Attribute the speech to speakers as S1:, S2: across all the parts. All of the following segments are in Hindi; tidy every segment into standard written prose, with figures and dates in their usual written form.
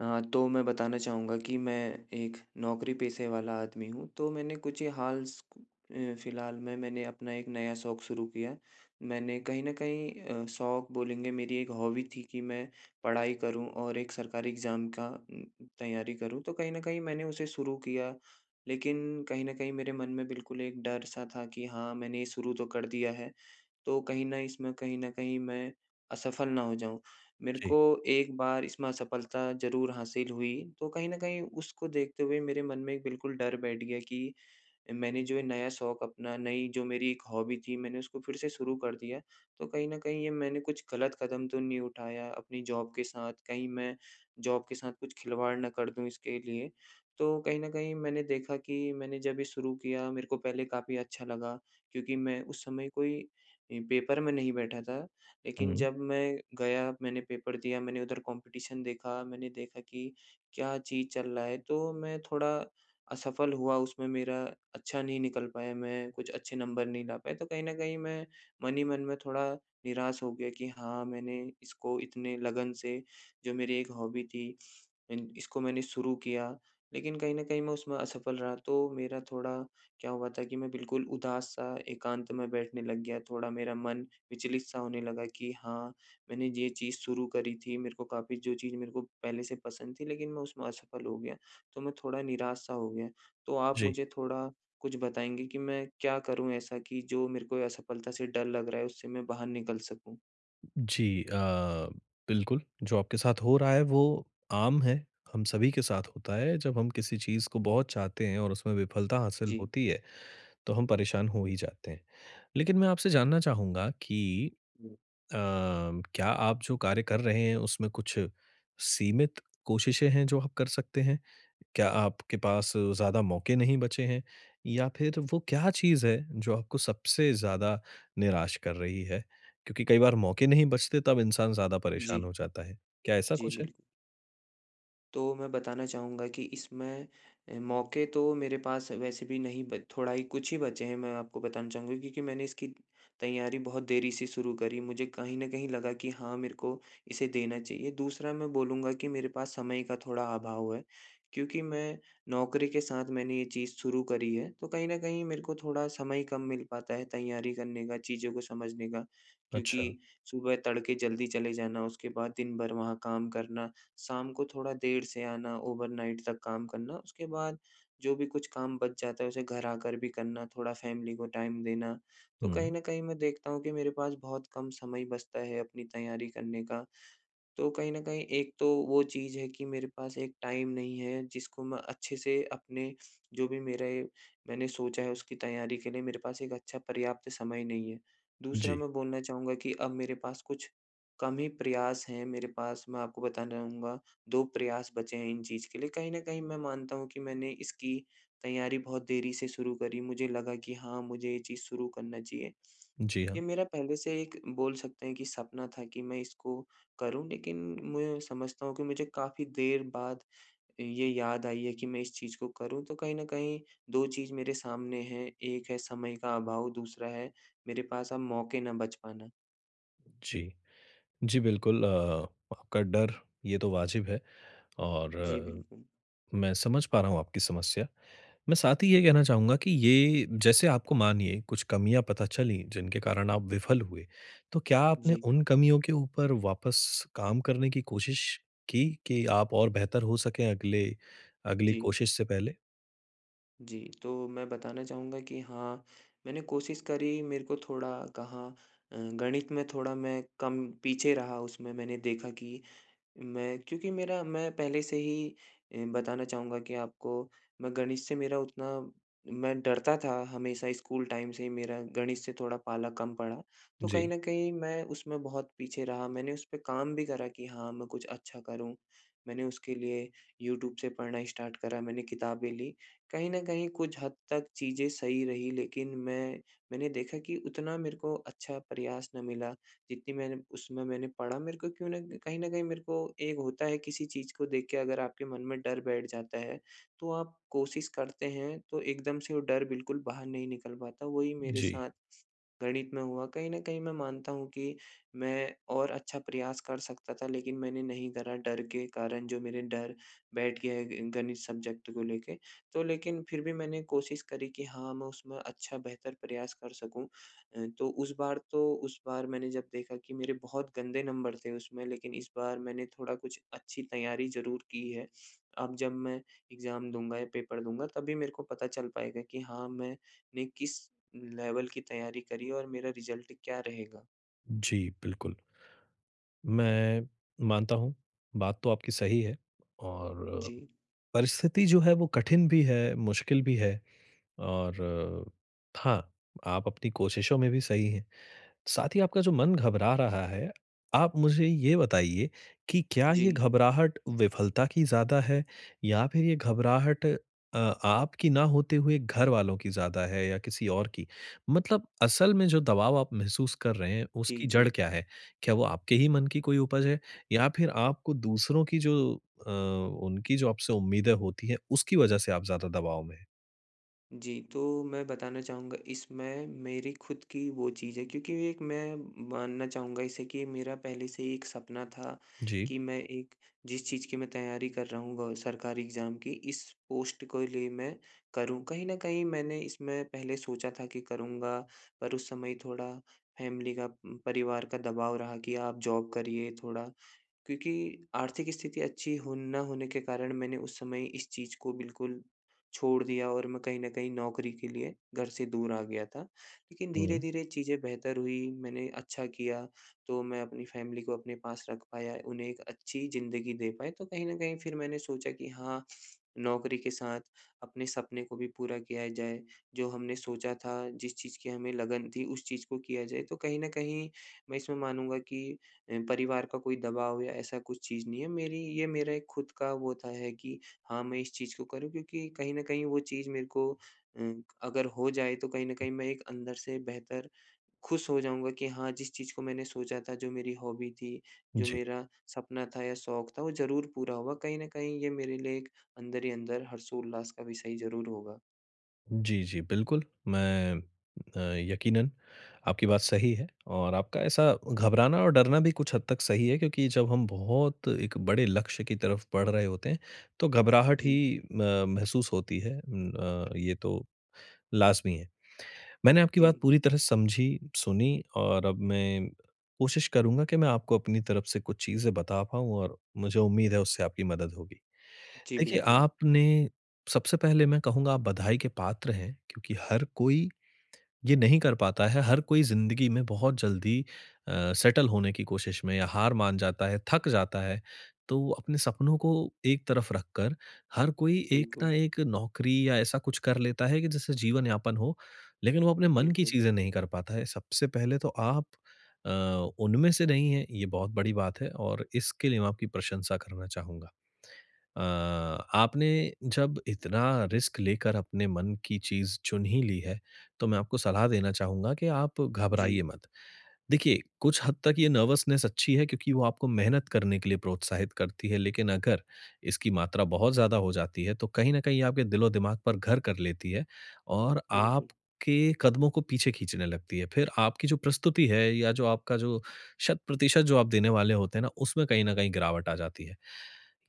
S1: तो मैं बताना चाहूँगा कि मैं एक नौकरी-पेशे वाला आदमी हूँ। तो मैंने कुछ ही हाल स अ, फिलहाल में मैंने अपना एक नया शौक शुरू किया है। मैंने कहीं न कहीं शौक बोलेंगे मेरी एक हॉबी थी कि मैं पढ़ाई करूँ और एक सरकारी एग्ज़ाम का तैयारी करूँ, तो कहीं न कहीं मैंने उसे शुरू किया। लेकिन कहीं न कहीं मेरे मन में बिल्कुल एक डर-सा था कि हाँ, मैंने ये शुरू तो कर दिया है, तो कहीं न इसमें कहीं न कहीं मैं असफल ना हो जाऊँ। मेरे
S2: जी।
S1: को एक बार इसमें असफलता ज़रूर हासिल हुई, तो कहीं न कहीं उसको देखते हुए मेरे मन में एक बिल्कुल डर बैठ गया कि मैंने जो ये नया शौक अपना नई जो मेरी एक हॉबी थी, मैंने उसको फिर से शुरू कर दिया। तो कहीं न कहीं ये मैंने कुछ गलत कदम तो नहीं उठाया अपनी जॉब के साथ, कहीं मैं जॉब के साथ कुछ खिलवाड़ ना कर दूँ इसके लिए। तो कहीं न कहीं मैंने देखा कि मैंने जब ये शुरू किया, मेरे को पहले काफ़ी अच्छा लगा क्योंकि मैं उस समय कोई पेपर में नहीं बैठा था। लेकिन
S2: हुँ।
S1: जब मैं गया, मैंने पेपर दिया, मैंने उधर कॉम्पिटिशन देखा, मैंने देखा कि क्या चीज़ चल रहा है, तो मैं थोड़ा असफल हुआ, उसमें मेरा अच्छा नहीं निकल पाया, मैं कुछ अच्छे नंबर नहीं ला पाया, तो कहीं न कहीं मैं मन ही मन में थोड़ा निराश हो गया कि हाँ, मैंने इसको इतने लगन से, जो मेरी एक हॉबी थी, इन इसको मैंने शुरू किया, लेकिन कहीं न कहीं मैं उसमें असफल रहा। तो मेरा थोड़ा क्या हुआ था कि मैं बिल्कुल उदास-सा एकांत में बैठने लग गया, थोड़ा मेरा मन विचलित-सा होने लगा कि हाँ, मैंने ये चीज़ शुरू करी थी, मेरे को काफ़ी जो चीज़ मेरे को पहले से पसंद थी लेकिन मैं उसमें असफल हो गया, तो मैं थोड़ा निराश-सा हो गया। तो आप
S2: जी।
S1: मुझे थोड़ा कुछ बताएँगे कि मैं क्या करूँ ऐसा कि जो मेरे को असफलता से डर लग रहा है उससे मैं बाहर निकल सकूँ?
S2: जी अ, बिल्कुल, जो आपके साथ हो रहा है वो आम है, हम सभी के साथ होता है। जब हम किसी चीज़ को बहुत चाहते हैं और उसमें विफलता हासिल
S1: जी।
S2: होती है, तो हम परेशान हो ही जाते हैं। लेकिन मैं आपसे जानना चाहूँगा कि
S1: हुँ।
S2: अ, क्या आप जो कार्य कर रहे हैं उसमें कुछ सीमित कोशिशें हैं जो आप कर सकते हैं? क्या आपके पास ज़्यादा मौके नहीं बचे हैं? या फिर वो क्या चीज़ है जो आपको सबसे ज़्यादा निराश कर रही है? क्योंकि कई बार मौके नहीं बचते तब इंसान ज़्यादा
S1: जी।
S2: परेशान हो जाता है। क्या ऐसा
S1: जी,
S2: कुछ है?
S1: बिल्कुल। तो मैं बताना चाहूँगा कि इसमें मौके तो मेरे पास वैसे भी नहीं ब थोड़ा ही कुछ ही बचे हैं, मैं आपको बताना चाहूँगा, क्योंकि मैंने इसकी तैयारी बहुत देरी से शुरू करी। मुझे कहीं न कहीं लगा कि हाँ, मेरे को इसे देना चाहिए। दूसरा मैं बोलूँगा कि मेरे पास समय का थोड़ा अभाव है, क्योंकि मैं नौकरी के साथ मैंने ये चीज़ शुरू करी है, तो कहीं न कहीं मेरे को थोड़ा समय कम मिल पाता है तैयारी करने का, चीज़ों को समझने का। क्योंकि
S2: अच्छा।
S1: सुबह तड़के जल्दी चले जाना, उसके बाद दिन भर वहाँ काम करना, शाम को थोड़ा देर से आना, ओवरनाइट तक काम करना, उसके बाद जो भी कुछ काम बच जाता है उसे घर आकर भी करना, थोड़ा फैमिली को टाइम देना। तो कहीं
S2: हुँ।
S1: न कहीं मैं देखता हूँ कि मेरे पास बहुत कम समय बचता है अपनी तैयारी करने का। तो कहीं न कहीं एक तो वो चीज़ है कि मेरे पास एक टाइम नहीं है जिसको मैं अच्छे से अपने, जो भी मेरे, मैंने सोचा है उसकी तैयारी के लिए मेरे पास एक अच्छा पर्याप्त समय नहीं है। दूसरा
S2: जी।
S1: मैं बोलना चाहूँगा कि अब मेरे पास कुछ कम ही प्रयास हैं, मेरे पास मैं आपको बताना चाहूँगा 2 प्रयास बचे हैं इन चीज़ के लिए। कहीं न कहीं मैं मानता हूँ कि मैंने इसकी तैयारी बहुत देरी से शुरू करी। मुझे लगा कि हाँ, मुझे ये चीज़ शुरू करना चाहिए।
S2: जी
S1: ये
S2: हाँ।
S1: मेरा पहले से एक, बोल सकते हैं कि, सपना था कि मैं इसको करूं, लेकिन मैं समझता हूँ कि मुझे काफ़ी देर बाद ये याद आई है कि मैं इस चीज़ को करूं। तो कहीं ना कहीं दो चीज़ मेरे सामने हैं, एक है समय का अभाव, दूसरा है मेरे पास अब मौके ना बच पाना।
S2: जी। जी बिल्कुल, आपका डर ये तो वाजिब है और
S1: जी, बिल्कुल।
S2: मैं समझ पा रहा हूँ आपकी समस्या। मैं साथ ही ये कहना चाहूँगा कि ये जैसे आपको मानिए कुछ कमियाँ पता चली जिनके कारण आप विफल हुए, तो क्या आपने
S1: जी।
S2: उन कमियों के ऊपर वापस काम करने की कोशिश की कि आप और बेहतर हो सकें अगले अगली
S1: जी।
S2: कोशिश से पहले?
S1: जी। तो मैं बताना चाहूँगा कि हाँ, मैंने कोशिश करी, मेरे को थोड़ा कहाँ गणित में थोड़ा मैं कम पीछे रहा, उसमें मैंने देखा कि मैं, क्योंकि मेरा, मैं पहले से ही बताना चाहूँगा कि आपको, मैं गणित से मेरा उतना, मैं डरता था हमेशा, स्कूल टाइम से ही मेरा गणित से थोड़ा पाला कम पड़ा। तो
S2: जी,
S1: कहीं न कहीं मैं उसमें बहुत पीछे रहा, मैंने उस पे काम भी करा कि हाँ, मैं कुछ अच्छा करूँ। मैंने उसके लिए यूट्यूब से पढ़ना स्टार्ट करा, मैंने किताबें ली। कहीं न कहीं कुछ हद तक चीज़ें सही रही, लेकिन मैं, मैंने देखा कि उतना मेरे को अच्छा प्रयास ना मिला। जितनी मैंने उसमें मैंने पढ़ा मेरे को क्यों ना, कहीं न कहीं मेरे को एक होता है, किसी चीज़ को देख के अगर आपके मन में डर बैठ जाता है, तो आप कोशिश करते हैं तो एकदम से वो डर बिल्कुल बाहर नहीं निकल पाता। वही मेरे
S2: जी,
S1: साथ गणित में हुआ, कहीं न कहीं मैं मानता हूँ कि मैं और अच्छा प्रयास कर सकता था, लेकिन मैंने नहीं करा डर के कारण, जो मेरे डर बैठ गया है ग गणित सब्जेक्ट को लेके। तो लेकिन फिर भी मैंने कोशिश करी कि हाँ, मैं उसमें अच्छा बेहतर प्रयास कर सकूँ। तो उस बार मैंने जब देखा कि मेरे बहुत गंदे नंबर थे उसमें, लेकिन इस बार मैंने थोड़ा कुछ अच्छी तैयारी ज़रूर की है। अब जब मैं एग्ज़ाम दूँगा या पेपर दूँगा, तभी मेरे को पता चल पाएगा कि हाँ, मैंने किस लेवल की तैयारी करी और मेरा रिज़ल्ट क्या रहेगा?
S2: जी, बिल्कुल। मैं मानता हूँ, बात तो आपकी सही है और
S1: जी।
S2: परिस्थिति जो है वो कठिन भी है, मुश्किल भी है और हाँ, आप अपनी कोशिशों में भी सही हैं। साथ ही आपका जो मन घबरा रहा है, आप मुझे ये बताइए कि क्या
S1: जी।
S2: ये घबराहट विफलता की ज़्यादा है या फिर ये घबराहट अ, आपकी ना होते हुए घरवालों की ज़्यादा है या किसी और की? मतलब असल में जो दबाव आप महसूस कर रहे हैं,
S1: जी।
S2: उसकी
S1: जी।
S2: जड़ क्या है? क्या वो आपके ही मन की कोई उपज है या फिर आपको दूसरों की जो अ, उनकी जो आपसे उम्मीदें होती हैं, उसकी वजह से आप ज़्यादा दबाव में हैं?
S1: जी। तो मैं बताना चाहूँगा, इसमें मेरी खुद की वो चीज़ है, क्योंकि एक मैं मानना चाहूँगा इसे कि मेरा पहले से ही एक सपना था
S2: जी।
S1: कि मैं एक, जिस चीज़ की मैं तैयारी कर रहा हूँ, गौ सरकारी एग्ज़ाम की, इस पोस्ट को लिए मैं करूँ। कहीं न कहीं मैंने इसमें पहले सोचा था कि करूँगा, पर उस समय थोड़ा फ़ैमिली का, परिवार का दबाव रहा कि आप जॉब करिए थोड़ा, क्योंकि आर्थिक स्थिति अच्छी हो ना होने के कारण मैंने उस समय इस चीज़ को बिल्कुल छोड़ दिया और मैं कहीं न कहीं नौकरी के लिए घर से दूर आ गया था। लेकिन
S2: हुँ।
S1: धीरे-धीरे चीज़ें बेहतर हुई, मैंने अच्छा किया, तो मैं अपनी फ़ैमिली को अपने पास रख पाया, उन्हें एक अच्छी ज़िंदगी दे पाया। तो कहीं न कहीं फिर मैंने सोचा कि हाँ, नौकरी के साथ अपने सपने को भी पूरा किया जाए, जो हमने सोचा था, जिस चीज़ की हमें लगन थी, उस चीज़ को किया जाए। तो कहीं न कहीं मैं इसमें मानूँगा कि परिवार का कोई दबाव या ऐसा कुछ चीज़ नहीं है। मेरी ये मेरा एक खुद का वो था, है कि हाँ, मैं इस चीज़ को करूँ, क्योंकि कहीं न कहीं वो चीज़ मेरे को अ, अगर हो जाए तो कहीं न कहीं मैं एक अंदर से बेहतर खुश हो जाऊँगा कि हाँ, जिस चीज़ को मैंने सोचा था, जो मेरी हॉबी थी, जो
S2: जी।
S1: मेरा सपना था या शौक था, वो ज़रूर पूरा होगा। कहीं न कहीं ये मेरे लिए एक अंदर ही अंदर हर्षोल्लास का विषय ज़रूर होगा।
S2: जी, जी, बिल्कुल। अ, यकीनन आपकी बात सही है और आपका ऐसा घबराना और डरना भी कुछ हद तक सही है क्योंकि जब हम बहुत एक बड़े लक्ष्य की तरफ बढ़ रहे होते हैं, तो घबराहट
S1: जी।
S2: ही महसूस होती है, ये तो लाज़मी है। मैंने आपकी
S1: जी।
S2: बात पूरी तरह समझी, सुनी और अब मैं कोशिश करूँगा कि मैं आपको अपनी तरफ से कुछ चीज़ें बता पाऊँ और मुझे उम्मीद है उससे आपकी मदद होगी।
S1: जी,
S2: देखिए,
S1: बिल्कुल।
S2: आपने सबसे पहले मैं कहूँगा आप बधाई के पात्र हैं क्योंकि हर कोई ये नहीं कर पाता है, हर कोई ज़िंदगी में बहुत जल्दी सेटल होने की कोशिश में या हार मान जाता है, थक जाता है। तो अपने सपनों को एक तरफ रखकर हर कोई एक ना
S1: बिल्कुल।
S2: एक नौकरी या ऐसा कुछ कर लेता है कि जिससे जीवन यापन हो, लेकिन वो अपने मन की
S1: बिल्कुल।
S2: चीज़ें नहीं कर पाता है। सबसे पहले तो आप अ, उनमें से नहीं हैं, ये बहुत बड़ी बात है और इसके लिए मैं आपकी प्रशंसा करना चाहूँगा। आपने जब इतना रिस्क लेकर अपने मन की चीज़ चुन ही ली है, तो मैं आपको सलाह देना चाहूँगा कि आप घबराइए
S1: जी,
S2: मत। देखिए, कुछ हद तक ये नर्वसनेस अच्छी है क्योंकि वो आपको मेहनत करने के लिए प्रोत्साहित करती है, लेकिन अगर इसकी मात्रा बहुत ज़्यादा हो जाती है, तो कहीं न कहीं ये आपके दिलो-दिमाग पर घर कर लेती है और
S1: बिल्कुल।
S2: आपके कदमों को पीछे खींचने लगती है। फिर आपकी जो प्रस्तुति है या जो आपका जो शत-प्रतिशत जो आप देने वाले होते हैं ना, उसमें कहीं न कहीं गिरावट आ जाती है।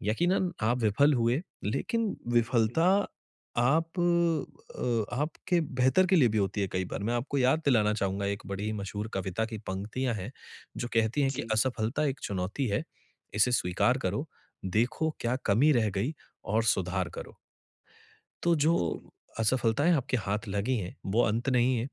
S2: यकीनन आप विफल हुए, लेकिन
S1: बिल्कुल।
S2: विफलता आप आपके बेहतर के लिए भी होती है कई बार। मैं आपको याद दिलाना चाहूँगा एक बड़ी ही मशहूर कविता की पंक्तियाँ हैं, जो कहती हैं कि
S1: जी,
S2: असफलता एक चुनौती है, इसे स्वीकार करो, देखो क्या कमी रह गई और सुधार करो। तो जो
S1: बिल्कुल।
S2: असफलताएँ आपके हाथ लगी हैं, वो अंत नहीं है।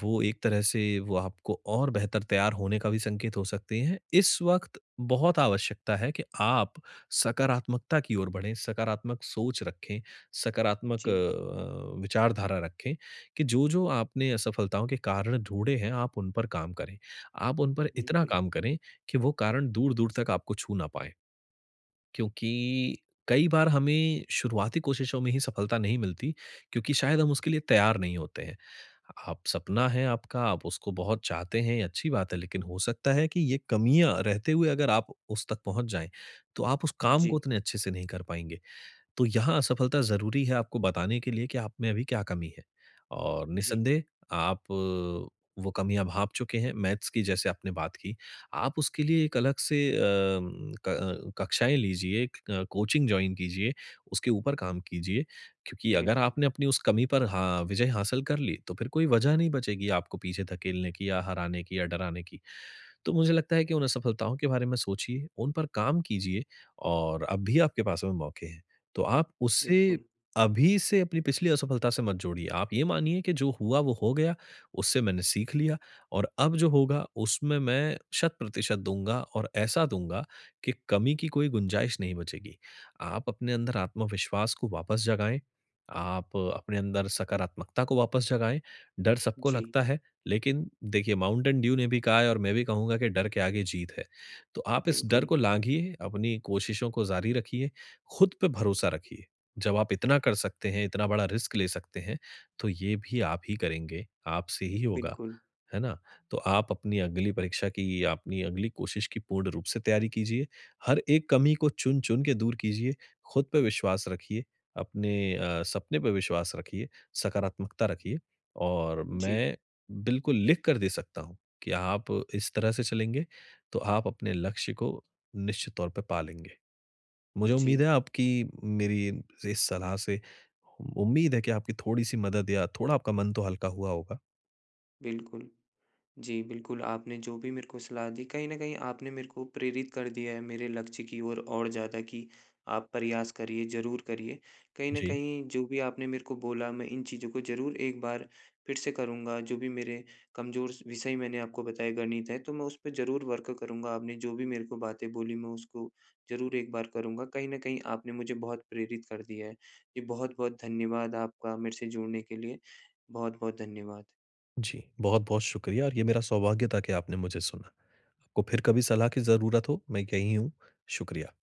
S2: वो एक तरह से वो आपको और बेहतर तैयार होने का भी संकेत हो सकती हैं। इस वक़्त बहुत आवश्यकता है कि आप सकारात्मकता की ओर बढ़ें, सकारात्मक सोच रखें, सकारात्मक
S1: जी,
S2: विचारधारा रखें कि जो-जो आपने असफलताओं के कारण ढूँढे हैं, आप उन पर काम करें। आप उन पर इतना
S1: बिल्कुल।
S2: काम करें कि वो कारण दूर-दूर तक आपको छू ना पाएँ। क्योंकि कई बार हमें शुरुआती कोशिशों में ही सफलता नहीं मिलती क्योंकि शायद हम उसके लिए तैयार नहीं होते हैं। आप सपना है आपका, आप उसको बहुत चाहते हैं, ये अच्छी बात है, लेकिन हो सकता है कि ये कमियाँ रहते हुए अगर आप उस तक पहुँच जाएँ, तो आप उस काम
S1: जी।
S2: को उतने अच्छे से नहीं कर पाएँगे। तो यहाँ असफलता ज़रूरी है आपको बताने के लिए कि आप में अभी क्या कमी है और
S1: जी,
S2: निसंदेह आप वो कमियाँ भाप चुके हैं। मैथ्स की जैसे आपने बात की, आप उसके लिए एक अलग से अ, क कक्षाएँ लीजिए, क कोचिंग जॉइन कीजिए, उसके ऊपर काम कीजिए क्योंकि अगर
S1: बिल्कुल।
S2: आपने अपनी उस कमी पर हाँ, विजय हासिल कर ली, तो फिर कोई वजह नहीं बचेगी आपको पीछे धकेलने की या हराने की या डराने की। तो मुझे लगता है कि उन असफलताओं के बारे में सोचिए, उन पर काम कीजिए और अब भी आपके पास में मौके हैं। तो आप उससे
S1: बिल्कुल।
S2: अभी से अपनी पिछली असफलता से मत जोड़िए। आप ये मानिए कि जो हुआ वो हो गया, उससे मैंने सीख लिया और अब जो होगा उसमें मैं शत प्रतिशत दूँगा और ऐसा दूँगा कि कमी की कोई गुंजाइश नहीं बचेगी। आप अपने अंदर आत्मविश्वास को वापस जगाएँ, आप अपने अंदर सकारात्मकता को वापस जगाएँ। डर सबको
S1: जी,
S2: लगता है। लेकिन देखिए माउंटेन ड्यू ने भी कहा है और मैं भी कहूँगा कि डर के आगे जीत है। तो आप इस डर
S1: बिल्कुल।
S2: को लाँघिए, अपनी कोशिशों को जारी रखिए, खुद पे भरोसा रखिए। जब आप इतना कर सकते हैं, इतना बड़ा रिस्क ले सकते हैं, तो ये भी आप ही करेंगे, आपसे ही होगा।
S1: बिल्कुल।
S2: है ना? तो आप अपनी अगली परीक्षा की, अपनी अगली कोशिश की पूर्ण रूप से तैयारी कीजिए। हर एक कमी को चुन-चुन के दूर कीजिए, खुद पे विश्वास रखिए, अपने सपने पे विश्वास रखिए, सकारात्मकता रखिए और
S1: जी।
S2: मैं बिल्कुल लिख कर दे सकता हूँ कि आप इस तरह से चलेंगे तो आप अपने लक्ष्य को निश्चित तौर पे पा लेंगे। मुझे उम्मीद है
S1: जी,
S2: आपकी मेरी इस सलाह से उम्मीद है कि आपकी थोड़ी-सी मदद या थोड़ा आपका मन तो हल्का हुआ होगा।
S1: बिल्कुल। जी, बिल्कुल, आपने जो भी मेरे को सलाह दी, कहीं न कहीं आपने मेरे को प्रेरित कर दिया है मेरे लक्ष्य की ओर और ज़्यादा, कि आप प्रयास करिए, ज़रूर करिए। कहीं न
S2: जी।
S1: कहीं जो भी आपने मेरे को बोला, मैं इन चीज़ों को ज़रूर एक बार फिर से करूँगा, जो भी मेरे कमज़ोर स विषय मैंने आपको बताए, गणित है, तो मैं उस पे ज़रूर वर्क करूँगा। आपने जो भी मेरे को बातें बोली, मैं उसको ज़रूर एक बार करूँगा। कहीं न कहीं आपने मुझे बहुत प्रेरित कर दिया है। जी, बहुत-बहुत धन्यवाद आपका मेरे से जुड़ने के लिए। बहुत-बहुत धन्यवाद।
S2: जी। बहुत-बहुत शुक्रिया और ये मेरा सौभाग्य था कि आपने मुझे सुना। आपको फिर कभी सलाह की ज़रूरत हो, मैं यहीं हूँ। शुक्रिया।